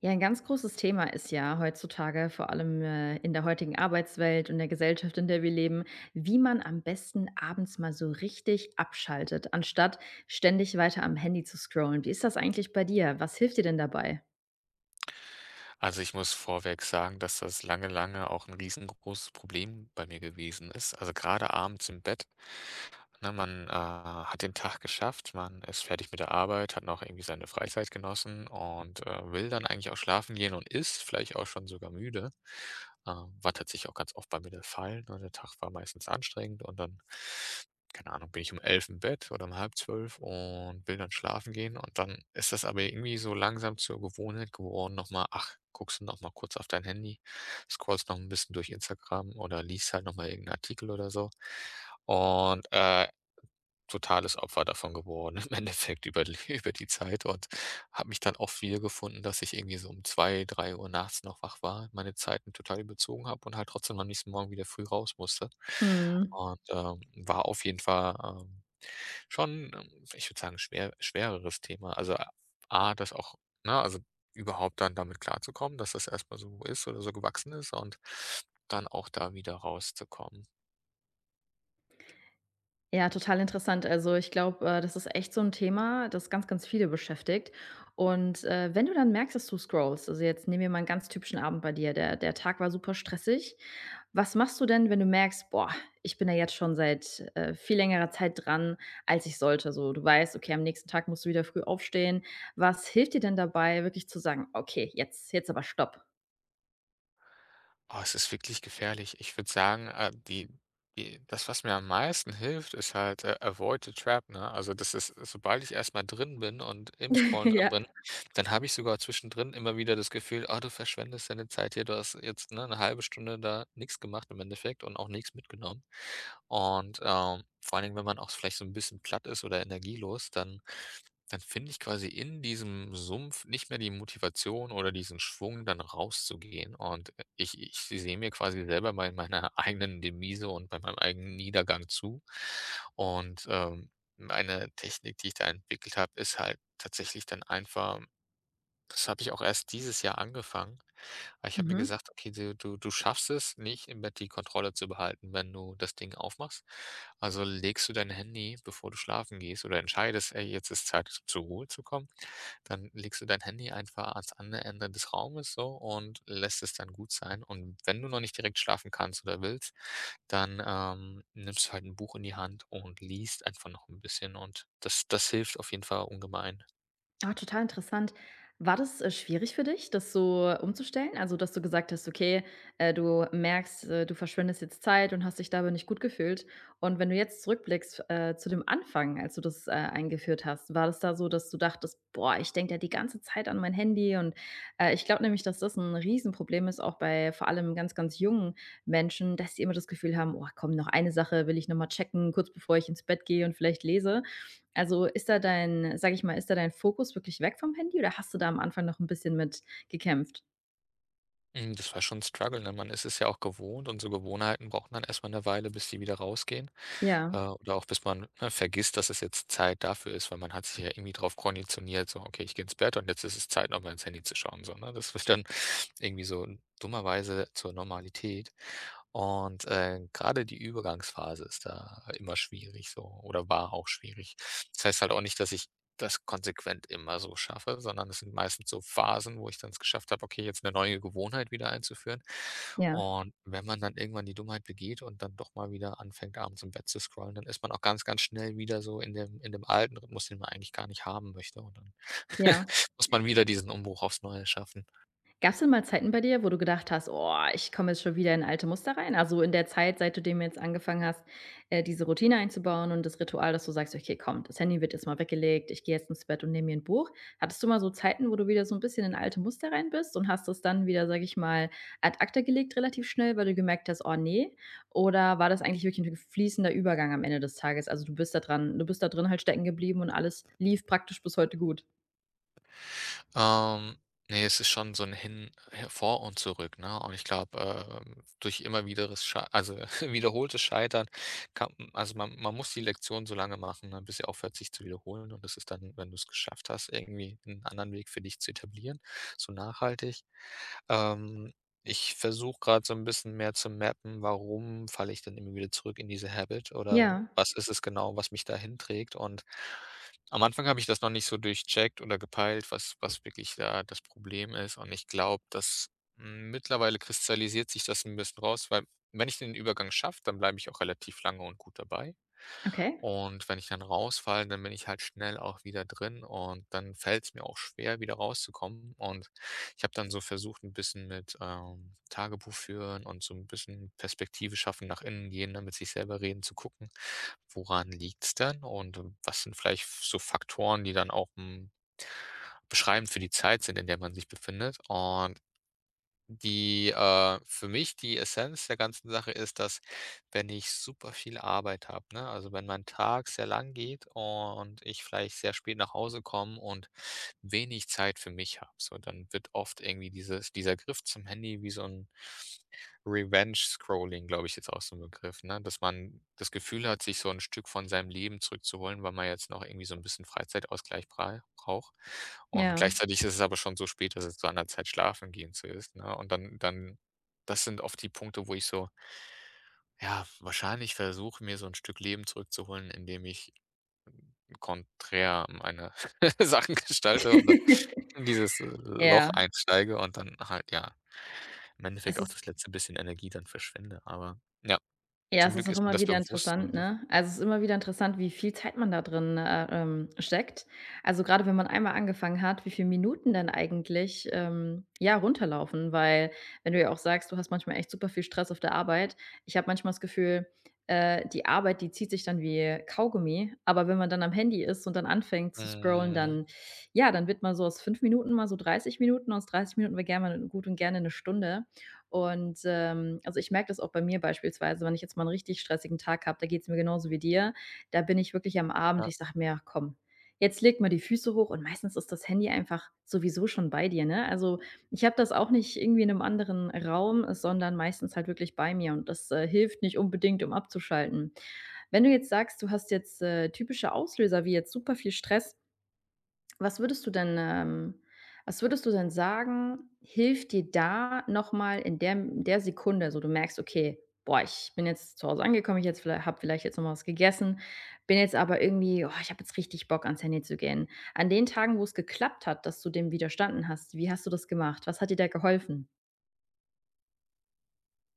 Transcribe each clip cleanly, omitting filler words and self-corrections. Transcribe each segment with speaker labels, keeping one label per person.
Speaker 1: Ja, ein ganz großes Thema ist ja heutzutage, vor allem in der heutigen Arbeitswelt und der Gesellschaft, in der wir leben, wie man am besten abends mal so richtig abschaltet, anstatt ständig weiter am Handy zu scrollen. Wie ist das eigentlich bei dir? Was hilft dir denn dabei?
Speaker 2: Also, ich muss vorweg sagen, dass das lange, lange auch ein riesengroßes Problem bei mir gewesen ist. Also, gerade abends im Bett. Ne, man hat den Tag geschafft, man ist fertig mit der Arbeit, hat noch irgendwie seine Freizeit genossen und will dann eigentlich auch schlafen gehen und ist vielleicht auch schon sogar müde. War tatsächlich auch ganz oft bei mir der Fall, ne? Der Tag war meistens anstrengend und dann, keine Ahnung, bin ich um 11 im Bett oder um halb 12 und will dann schlafen gehen und dann ist das aber irgendwie so langsam zur Gewohnheit geworden, noch mal ach, guckst du noch mal kurz auf dein Handy, scrollst noch ein bisschen durch Instagram oder liest halt noch mal irgend Artikel oder so. Und totales Opfer davon geworden im Endeffekt über die über die Zeit und habe mich dann oft wiedergefunden, dass ich irgendwie so um 2, 3 Uhr nachts noch wach war, meine Zeiten total überzogen habe und halt trotzdem am nächsten Morgen wieder früh raus musste.
Speaker 1: Mhm.
Speaker 2: Und war auf jeden Fall schon ich würde sagen, schwereres Thema. Also A, das auch, na also überhaupt dann damit klarzukommen, dass das erst mal so ist oder so gewachsen ist und dann auch da wieder rauszukommen.
Speaker 1: Ja, total interessant. Also, ich glaube, das ist echt so ein Thema, das ganz, ganz viele beschäftigt. Und, wenn du dann merkst, dass du scrollst, also, jetzt nehmen wir mal einen ganz typischen Abend bei dir, der Tag war super stressig. Was machst du denn, wenn du merkst: „Boah, ich bin da jetzt schon seit, viel längerer Zeit dran, als ich sollte?“ So, du weißt, okay, am nächsten Tag musst du wieder früh aufstehen. Was hilft dir denn dabei, wirklich zu sagen: „Okay, jetzt aber stopp?“
Speaker 2: Oh, es ist wirklich gefährlich. Ich würde sagen die die das, was mir am meisten hilft, ist halt Avoid the Trap, ne? Also, das ist, sobald ich erstmal drin bin und im Scrollen drin
Speaker 1: Ja.
Speaker 2: bin, dann habe ich sogar zwischendrin immer wieder das Gefühl: „Ah, du verschwendest deine Zeit hier. Du hast jetzt, ne, 'ne halbe Stunde da nichts gemacht im Endeffekt und auch nichts mitgenommen.“ Und vor allen Dingen, wenn man auch vielleicht so ein bisschen platt ist oder energielos, dann finde ich quasi in diesem Sumpf nicht mehr die Motivation oder diesen Schwung, dann rauszugehen. Und ich sehe mir quasi selber bei meiner eigenen Demise und bei meinem eigenen Niedergang zu. Und meine Technik, die ich da entwickelt habe, ist halt tatsächlich dann einfach, das habe ich auch erst dieses Jahr angefangen. Aber ich habe mir
Speaker 1: Mhm.
Speaker 2: gesagt: „Okay, du schaffst es nicht, im Bett die Kontrolle zu behalten, wenn du das Ding aufmachst. Also, legst du dein Handy, bevor du schlafen gehst oder entscheidest: ‚Ey, jetzt ist Zeit, zur Ruhe zu kommen’, dann legst du dein Handy einfach ans andere Ende des Raumes so und lässt es dann gut sein. Und wenn du noch nicht direkt schlafen kannst oder willst, dann nimmst du halt ein Buch in die Hand und liest einfach noch ein bisschen und das hilft auf jeden Fall ungemein.“
Speaker 1: Ah, total interessant. War das, schwierig für dich, das so umzustellen? Also, dass du gesagt hast: „Okay, du merkst, du verschwendest jetzt Zeit und hast dich dabei nicht gut gefühlt.“ Und wenn du jetzt zurückblickst, zu dem Anfang, als du das, eingeführt hast, war das da so, dass du dachtest: „Boah, ich denke ja die ganze Zeit an mein Handy“ und, ich glaube nämlich, dass das ein Riesenproblem ist, auch bei vor allem ganz, ganz jungen Menschen, dass sie immer das Gefühl haben: „Oh komm, noch eine Sache will ich noch mal checken, kurz bevor ich ins Bett gehe und vielleicht lese.“ Also, ist da dein sag ich mal, ist da dein Fokus wirklich weg vom Handy oder hast du da am Anfang noch ein bisschen mit gekämpft?
Speaker 2: Das war schon 'n Struggle, ne? Man ist es ja auch gewohnt und so Gewohnheiten brauchen dann erst mal 'ne Weile, bis die wieder rausgehen
Speaker 1: Ja,
Speaker 2: oder auch bis man, ne, vergisst, dass es jetzt Zeit dafür ist, weil man hat sich ja irgendwie drauf konditioniert, so: „Okay, ich gehe ins Bett und jetzt ist es Zeit, nochmal ins Handy zu schauen“, so, ne? Das wird dann irgendwie so dummerweise zur Normalität. Und grade die Übergangsphase ist da immer schwierig so oder war auch schwierig. Das heißt halt auch nicht, dass ich das konsequent immer so schaffe, sondern es sind meistens so Phasen, wo ich dann es geschafft habe, okay, jetzt eine neue Gewohnheit wieder einzuführen.
Speaker 1: ja,
Speaker 2: Und wenn man dann irgendwann die Dummheit begeht und dann doch mal wieder anfängt, abends im Bett zu scrollen, dann ist man auch ganz, ganz schnell wieder so in dem alten Rhythmus, den man eigentlich gar nicht haben möchte. Und dann
Speaker 1: ja.
Speaker 2: muss man wieder diesen Umbruch aufs Neue schaffen.
Speaker 1: Gab's denn mal Zeiten bei dir, wo du gedacht hast: „Oh, ich komme jetzt schon wieder in alte Muster rein?“ Also, in der Zeit, seit du dem jetzt angefangen hast, diese Routine einzubauen und das Ritual, dass du sagst: „Okay, komm, das Handy wird jetzt mal weggelegt. Ich gehe jetzt ins Bett und nehme mir ein Buch.“ Hattest du mal so Zeiten, wo du wieder so ein bisschen in alte Muster rein bist und hast das dann wieder, sage ich mal, ad acta gelegt relativ schnell, weil du gemerkt hast: „Oh nee? Oder war das eigentlich wirklich ein fließender Übergang am Ende des Tages? Also, du bist da drin halt stecken geblieben und alles lief praktisch bis heute gut?
Speaker 2: Ähm, ne, es ist schon so ein Hin her, Vor und Zurück, ne? Und ich glaube durch immer wiederes Schei, also, wiederholtes Scheitern kann, also, man muss die Lektion so lange machen, ne, bis sie aufhört, sich zu wiederholen. Und das ist dann, wenn du es geschafft hast, irgendwie einen anderen Weg für dich zu etablieren, so nachhaltig. ähm, Ich versuche gerade so ein bisschen mehr zu mappen, warum falle ich denn immer wieder zurück in diese Habit oder
Speaker 1: Ja,
Speaker 2: was ist es genau, was mich da hinträgt? Und am Anfang habe ich das noch nicht so durchcheckt oder gepeilt, was was wirklich da das Problem ist. Und ich glaube, dass mittlerweile kristallisiert sich das ein bisschen raus, weil wenn ich den Übergang schaffe, dann bleibe ich auch relativ lange und gut dabei.
Speaker 1: okay.
Speaker 2: Und wenn ich dann rausfalle, dann bin ich halt schnell auch wieder drin und dann fällt es mir auch schwer, wieder rauszukommen. Und ich habe dann so versucht, ein bisschen mit Tagebuch führen und so ein bisschen Perspektive schaffen, nach innen gehen, ne, mit sich selber reden, zu gucken, woran liegt's denn und was sind vielleicht so Faktoren, die dann auch beschreibend für die Zeit sind, in der man sich befindet. Und die für mich die Essenz der ganzen Sache ist, dass wenn ich super viel Arbeit habe, ne, also wenn mein Tag sehr lang geht und ich vielleicht sehr spät nach Hause komme und wenig Zeit für mich habe. So, dann wird oft irgendwie dieses dieser Griff zum Handy wie so ein Revenge-Scrolling, glaube ich, jetzt auch so ein Begriff, ne? Dass man das Gefühl hat, sich so ein Stück von seinem Leben zurückzuholen, weil man jetzt noch irgendwie so ein bisschen Freizeitausgleich brei braucht. Und
Speaker 1: Ja.
Speaker 2: gleichzeitig ist es aber schon so spät, dass es zu einer Zeit schlafen gehen zu ist, ne? Und dann das sind oft die Punkte, wo ich so, ja, wahrscheinlich versuche, mir so ein Stück Leben zurückzuholen, indem ich konträr meine Sachen gestalte und dann in dieses Loch
Speaker 1: Ja.
Speaker 2: einsteige und dann halt, ja, im Endeffekt
Speaker 1: Es
Speaker 2: auch
Speaker 1: ist
Speaker 2: das letzte bisschen Energie dann verschwende. Aber ja,
Speaker 1: Ja,
Speaker 2: zum
Speaker 1: es ist
Speaker 2: Glück
Speaker 1: auch
Speaker 2: ist mir
Speaker 1: immer
Speaker 2: das
Speaker 1: wieder
Speaker 2: bewusst
Speaker 1: interessant,
Speaker 2: und das.
Speaker 1: ne? Also, es ist immer wieder interessant, wie viel Zeit man da drin, steckt. Also, gerade wenn man einmal angefangen hat, wie viel Minuten dann eigentlich, ja, runterlaufen, weil wenn du ja auch sagst, du hast manchmal echt super viel Stress auf der Arbeit. Ich habe manchmal das Gefühl, die Arbeit, die zieht sich dann wie Kaugummi, aber wenn man dann am Handy ist und dann anfängt zu scrollen,
Speaker 2: Mhm,
Speaker 1: dann ja, dann wird man so aus 5 Minuten mal so 30 Minuten, aus 30 Minuten wäre gerne mal gut und gerne 1 Stunde. Und also ich merke das auch bei mir beispielsweise, wenn ich jetzt mal einen richtig stressigen Tag habe, da geht es mir genauso wie dir. Da bin ich wirklich am Abend,
Speaker 2: ja,
Speaker 1: ich sage mir: „Komm, jetzt leg mal die Füße hoch.“ Und meistens ist das Handy einfach sowieso schon bei dir, ne? Also, ich habe das auch nicht irgendwie in einem anderen Raum, sondern meistens halt wirklich bei mir und das, hilft nicht unbedingt, um abzuschalten. Wenn du jetzt sagst, du hast jetzt, typische Auslöser wie jetzt super viel Stress, was würdest du denn was würdest du denn sagen, hilft dir da noch mal in der Sekunde, so du merkst: „Okay, boah, ich bin jetzt zu Hause angekommen, ich jetzt vielleicht habe vielleicht jetzt noch was gegessen, bin jetzt aber irgendwie oh, ich habe jetzt richtig Bock, ans Handy zu gehen.“ An den Tagen, wo es geklappt hat, dass du dem widerstanden hast, wie hast du das gemacht? Was hat dir da geholfen?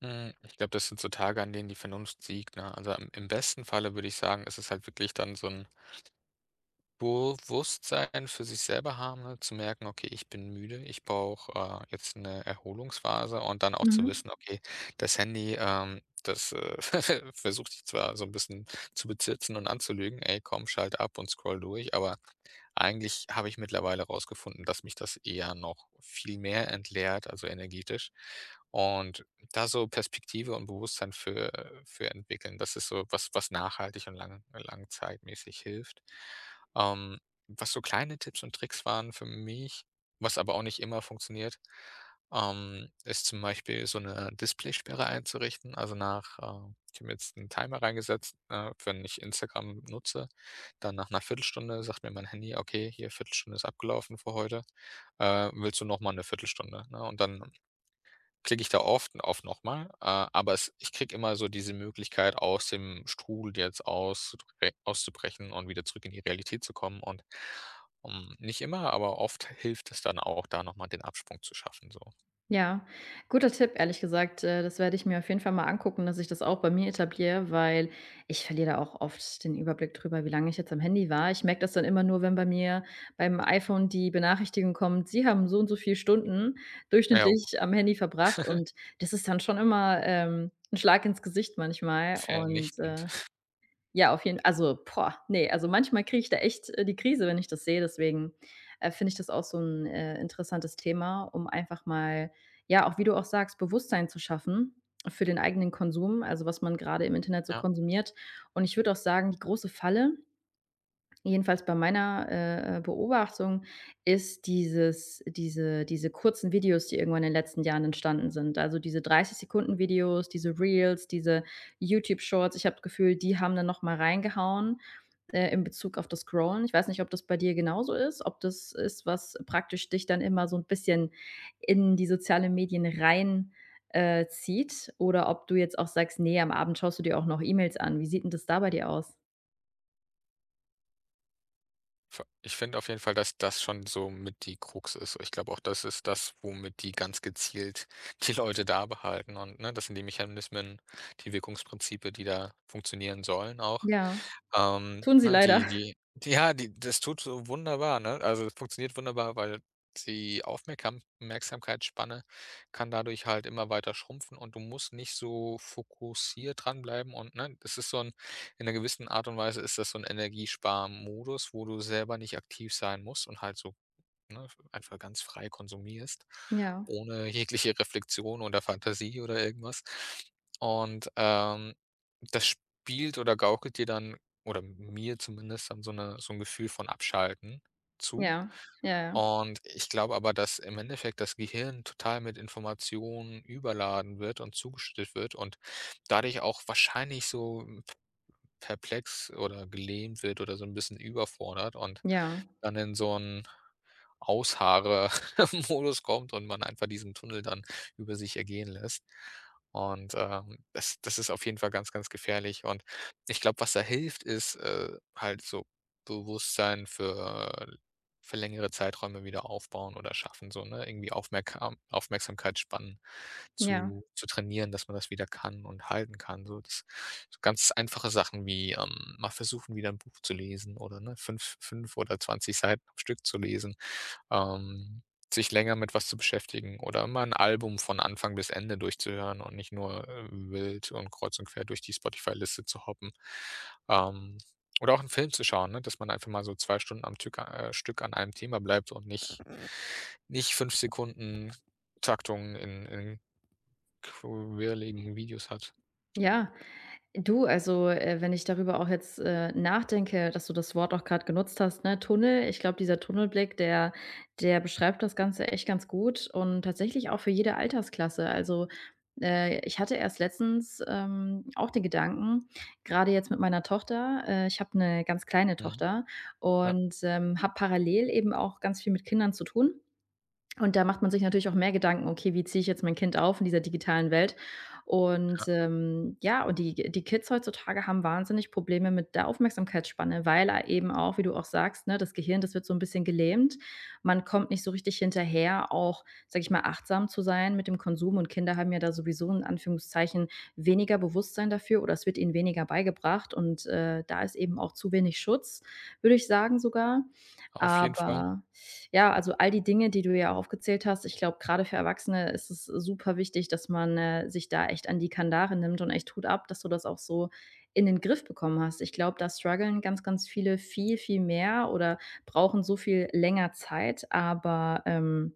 Speaker 2: mhm. Ich glaube, das sind so Tage, an denen die Vernunft siegt, ne? Also, im im besten Falle würde ich sagen, ist es halt wirklich dann so 'n Bewusstsein für sich selber haben, ne, zu merken: „Okay, ich bin müde, ich brauche jetzt eine Erholungsphase“ und dann auch zu
Speaker 1: Mhm.
Speaker 2: wissen: „Okay, das Handy das versucht dich zwar so ein bisschen zu bezitzen und anzulügen: ‚Ey, komm, schalte ab und scroll durch‘“, aber eigentlich habe ich mittlerweile rausgefunden, dass mich das eher noch viel mehr entleert, also energetisch, und da so Perspektive und Bewusstsein für entwickeln. Das ist so was, was nachhaltig und langzeitmäßig hilft. Ähm, Was so kleine Tipps und Tricks waren für mich, was aber auch nicht immer funktioniert ist zum Beispiel so eine Displaysperre einzurichten. Also, nach ich habe jetzt einen Timer reingesetzt, wenn ich Instagram nutze, dann nach einer Viertelstunde sagt mir mein Handy: „Okay, hier Viertelstunde ist abgelaufen für heute. Willst du noch mal 'ne Viertelstunde?“, ne? Und dann klicke ich da oft auf nochmal, aber es, ich kriege immer so diese Möglichkeit, aus dem Strudel jetzt auszubrechen und wieder zurück in die Realität zu kommen und, nicht immer, aber oft hilft es dann auch, da nochmal den Absprung zu schaffen so.
Speaker 1: Ja, guter Tipp, ehrlich gesagt. Das werde ich mir auf jeden Fall mal angucken, dass ich das auch bei mir etabliere, weil ich verliere da auch oft den Überblick drüber, wie lange ich jetzt am Handy war. Ich merke das dann immer nur, wenn bei mir beim iPhone die Benachrichtigung kommt, Sie haben so und so viele Stunden
Speaker 2: Ja,
Speaker 1: durchschnittlich am Handy verbracht, und das ist dann schon immer, 'n Schlag ins Gesicht manchmal und,
Speaker 2: vernichtend,
Speaker 1: ja, auf jeden Fall. Also, boah, ne, also, manchmal kriege ich da echt, die Krise, wenn ich das sehe. Deswegen, finde ich das auch so ein interessantes Thema, um einfach mal, ja, auch wie du auch sagst, Bewusstsein zu schaffen für den eigenen Konsum, also, was man gerade im Internet so
Speaker 2: ja.
Speaker 1: konsumiert. Und ich würde auch sagen, die große Falle, jedenfalls bei meiner, Beobachtung, ist diese kurzen Videos, die irgendwann in den letzten Jahren entstanden sind, also diese 30 Sekunden Videos, diese Reels, diese YouTube Shorts. Ich habe das Gefühl, die haben dann noch mal reingehauen, in Bezug auf das Scrollen. Ich weiß nicht, ob das bei dir genauso ist, ob das ist, was praktisch dich dann immer so ein bisschen in die sozialen Medien rein, zieht, oder ob du jetzt auch sagst: nee, am Abend schaust du dir auch noch E-Mails an.“ Wie sieht denn das da bei dir aus?
Speaker 2: F Ich finde auf jeden Fall, dass das schon so mit die Krux ist. Ich glaube auch, das ist das, womit die ganz gezielt die Leute da behalten und, ne, das sind die Mechanismen, die Wirkungsprinzipe, die da funktionieren sollen auch.
Speaker 1: Ja, tun sie
Speaker 2: Ne,
Speaker 1: leider.
Speaker 2: die das tut so wunderbar, ne? Also, es funktioniert wunderbar, weil die Aufmerkam Merksamkeitsspanne kann dadurch halt immer weiter schrumpfen und du musst nicht so fokussiert dranbleiben und, ne, das ist so ein, in einer gewissen Art und Weise ist das so ein Energiesparmodus, wo du selber nicht aktiv sein musst und halt so, ne, einfach ganz frei konsumierst,
Speaker 1: Ja,
Speaker 2: ohne jegliche Reflexion oder Fantasie oder irgendwas. Und das spielt oder gaukelt dir dann oder mir zumindest dann so 'n Gefühl von Abschalten zu.
Speaker 1: ja, ja,
Speaker 2: Und ich glaube aber, dass im Endeffekt das Gehirn total mit Informationen überladen wird und zugeschüttet wird und dadurch auch wahrscheinlich so perplex oder gelähmt wird oder so 'n bisschen überfordert und
Speaker 1: ja,
Speaker 2: dann in so 'n Aushaare-Modus kommt und man einfach diesen Tunnel dann über sich ergehen lässt. Und das das ist auf jeden Fall ganz, ganz gefährlich. Und ich glaube, was da hilft, ist halt so Bewusstsein für längere Zeiträume wieder aufbauen oder schaffen, so, ne? Irgendwie Aufmerkam Aufmerksamkeitsspannen
Speaker 1: ja,
Speaker 2: zu trainieren, dass man das wieder kann und halten kann. So, das, so ganz einfache Sachen wie mal versuchen, wieder ein Buch zu lesen oder, ne, 5, 5 oder 20 Seiten am Stück zu lesen. Ähm, Sich länger mit was zu beschäftigen oder immer ein Album von Anfang bis Ende durchzuhören und nicht nur wild und kreuz und quer durch die Spotify-Liste zu hoppen. Ähm, oder auch einen Film zu schauen, ne, dass man einfach mal so 2 Stunden am Tück Stück an einem Thema bleibt und nicht 5 Sekunden Taktungen in quirligen Videos hat.
Speaker 1: ja. Du, also, wenn ich darüber auch jetzt, nachdenke, dass du das Wort auch gerade genutzt hast, ne, Tunnel. Ich glaube, dieser Tunnelblick, der beschreibt das Ganze echt ganz gut und tatsächlich auch für jede Altersklasse. Also, ich hatte erst letztens, auch den Gedanken, gerade jetzt mit meiner Tochter, ich habe eine ganz kleine
Speaker 2: Mhm.
Speaker 1: Tochter
Speaker 2: Ja,
Speaker 1: und, habe parallel eben auch ganz viel mit Kindern zu tun. Und da macht man sich natürlich auch mehr Gedanken: „Okay, wie ziehe ich jetzt mein Kind auf in dieser digitalen Welt?“ Und,
Speaker 2: ja,
Speaker 1: ja, und die Kids heutzutage haben wahnsinnig Probleme mit der Aufmerksamkeitsspanne, weil eben auch, wie du auch sagst, ne, das Gehirn, das wird so ein bisschen gelähmt. Man kommt nicht so richtig hinterher, auch, sage ich mal, achtsam zu sein mit dem Konsum, und Kinder haben ja da sowieso in Anführungszeichen weniger Bewusstsein dafür oder es wird ihnen weniger beigebracht, und, da ist eben auch zu wenig Schutz, würde ich sagen sogar.
Speaker 2: auf jeden Fall.
Speaker 1: Aber ja, also all die Dinge, die du ja auch aufgezählt hast, ich glaube, gerade für Erwachsene ist es super wichtig, dass man sich da echt an die Kandare nimmt, und echt Hut ab, dass du das auch so in den Griff bekommen hast. Ich glaube, da strugglen ganz, ganz viele viel, viel mehr oder brauchen so viel länger Zeit, aber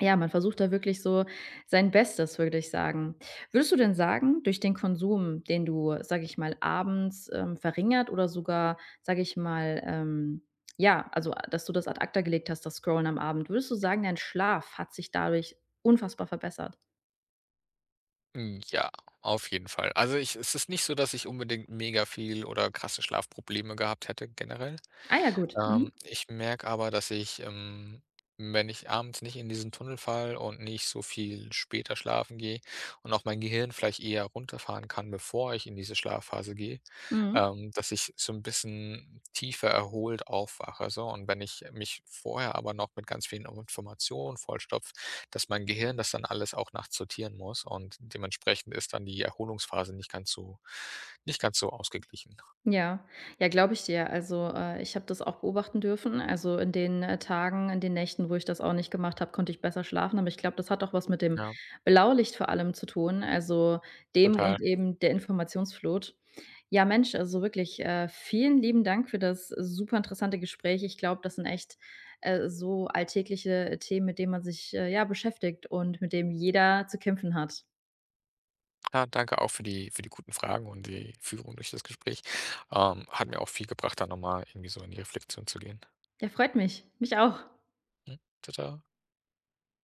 Speaker 1: ja, man versucht da wirklich so sein Bestes, würde ich sagen. Würdest du denn sagen, durch den Konsum, den du, sage ich mal, abends, verringert oder sogar, sage ich mal, ja, also, dass du das ad acta gelegt hast, das Scrollen am Abend, würdest du sagen, dein Schlaf hat sich dadurch unfassbar verbessert?
Speaker 2: Mm, ja, auf jeden Fall. Also, ich, es ist nicht so, dass ich unbedingt mega viel oder krasse Schlafprobleme gehabt hätte generell.
Speaker 1: Ah ja, gut. Mhm.
Speaker 2: Ich merke aber, dass ich wenn ich abends nicht in diesen Tunnel falle und nicht so viel später schlafen gehe und auch mein Gehirn vielleicht eher runterfahren kann, bevor ich in diese Schlafphase gehe
Speaker 1: Mhm.
Speaker 2: dass ich so ein bisschen tiefer erholt aufwache, so. Und wenn ich mich vorher aber noch mit ganz vielen Informationen vollstopfe, dass mein Gehirn das dann alles auch nachts sortieren muss und dementsprechend ist dann die Erholungsphase nicht ganz so, ausgeglichen.
Speaker 1: Ja, ja, glaube ich dir. Also, ich habe das auch beobachten dürfen. Also, in den, Tagen, in den Nächten, wo ich das auch nicht gemacht habe, konnte ich besser schlafen. Aber ich glaube, das hat auch was mit dem
Speaker 2: Ja,
Speaker 1: Blaulicht vor allem zu tun, also dem
Speaker 2: total.
Speaker 1: und eben der Informationsflut. Ja, Mensch, also wirklich, vielen lieben Dank für das super interessante Gespräch. Ich glaube, das sind echt, so alltägliche Themen, mit denen man sich, ja, beschäftigt und mit dem jeder zu kämpfen hat.
Speaker 2: Ja, danke auch für die, für die guten Fragen und die Führung durch das Gespräch. Hat mir auch viel gebracht, da nochmal irgendwie so in die Reflexion zu gehen.
Speaker 1: Ja, freut mich. Mich auch.
Speaker 2: Mhm. Tada.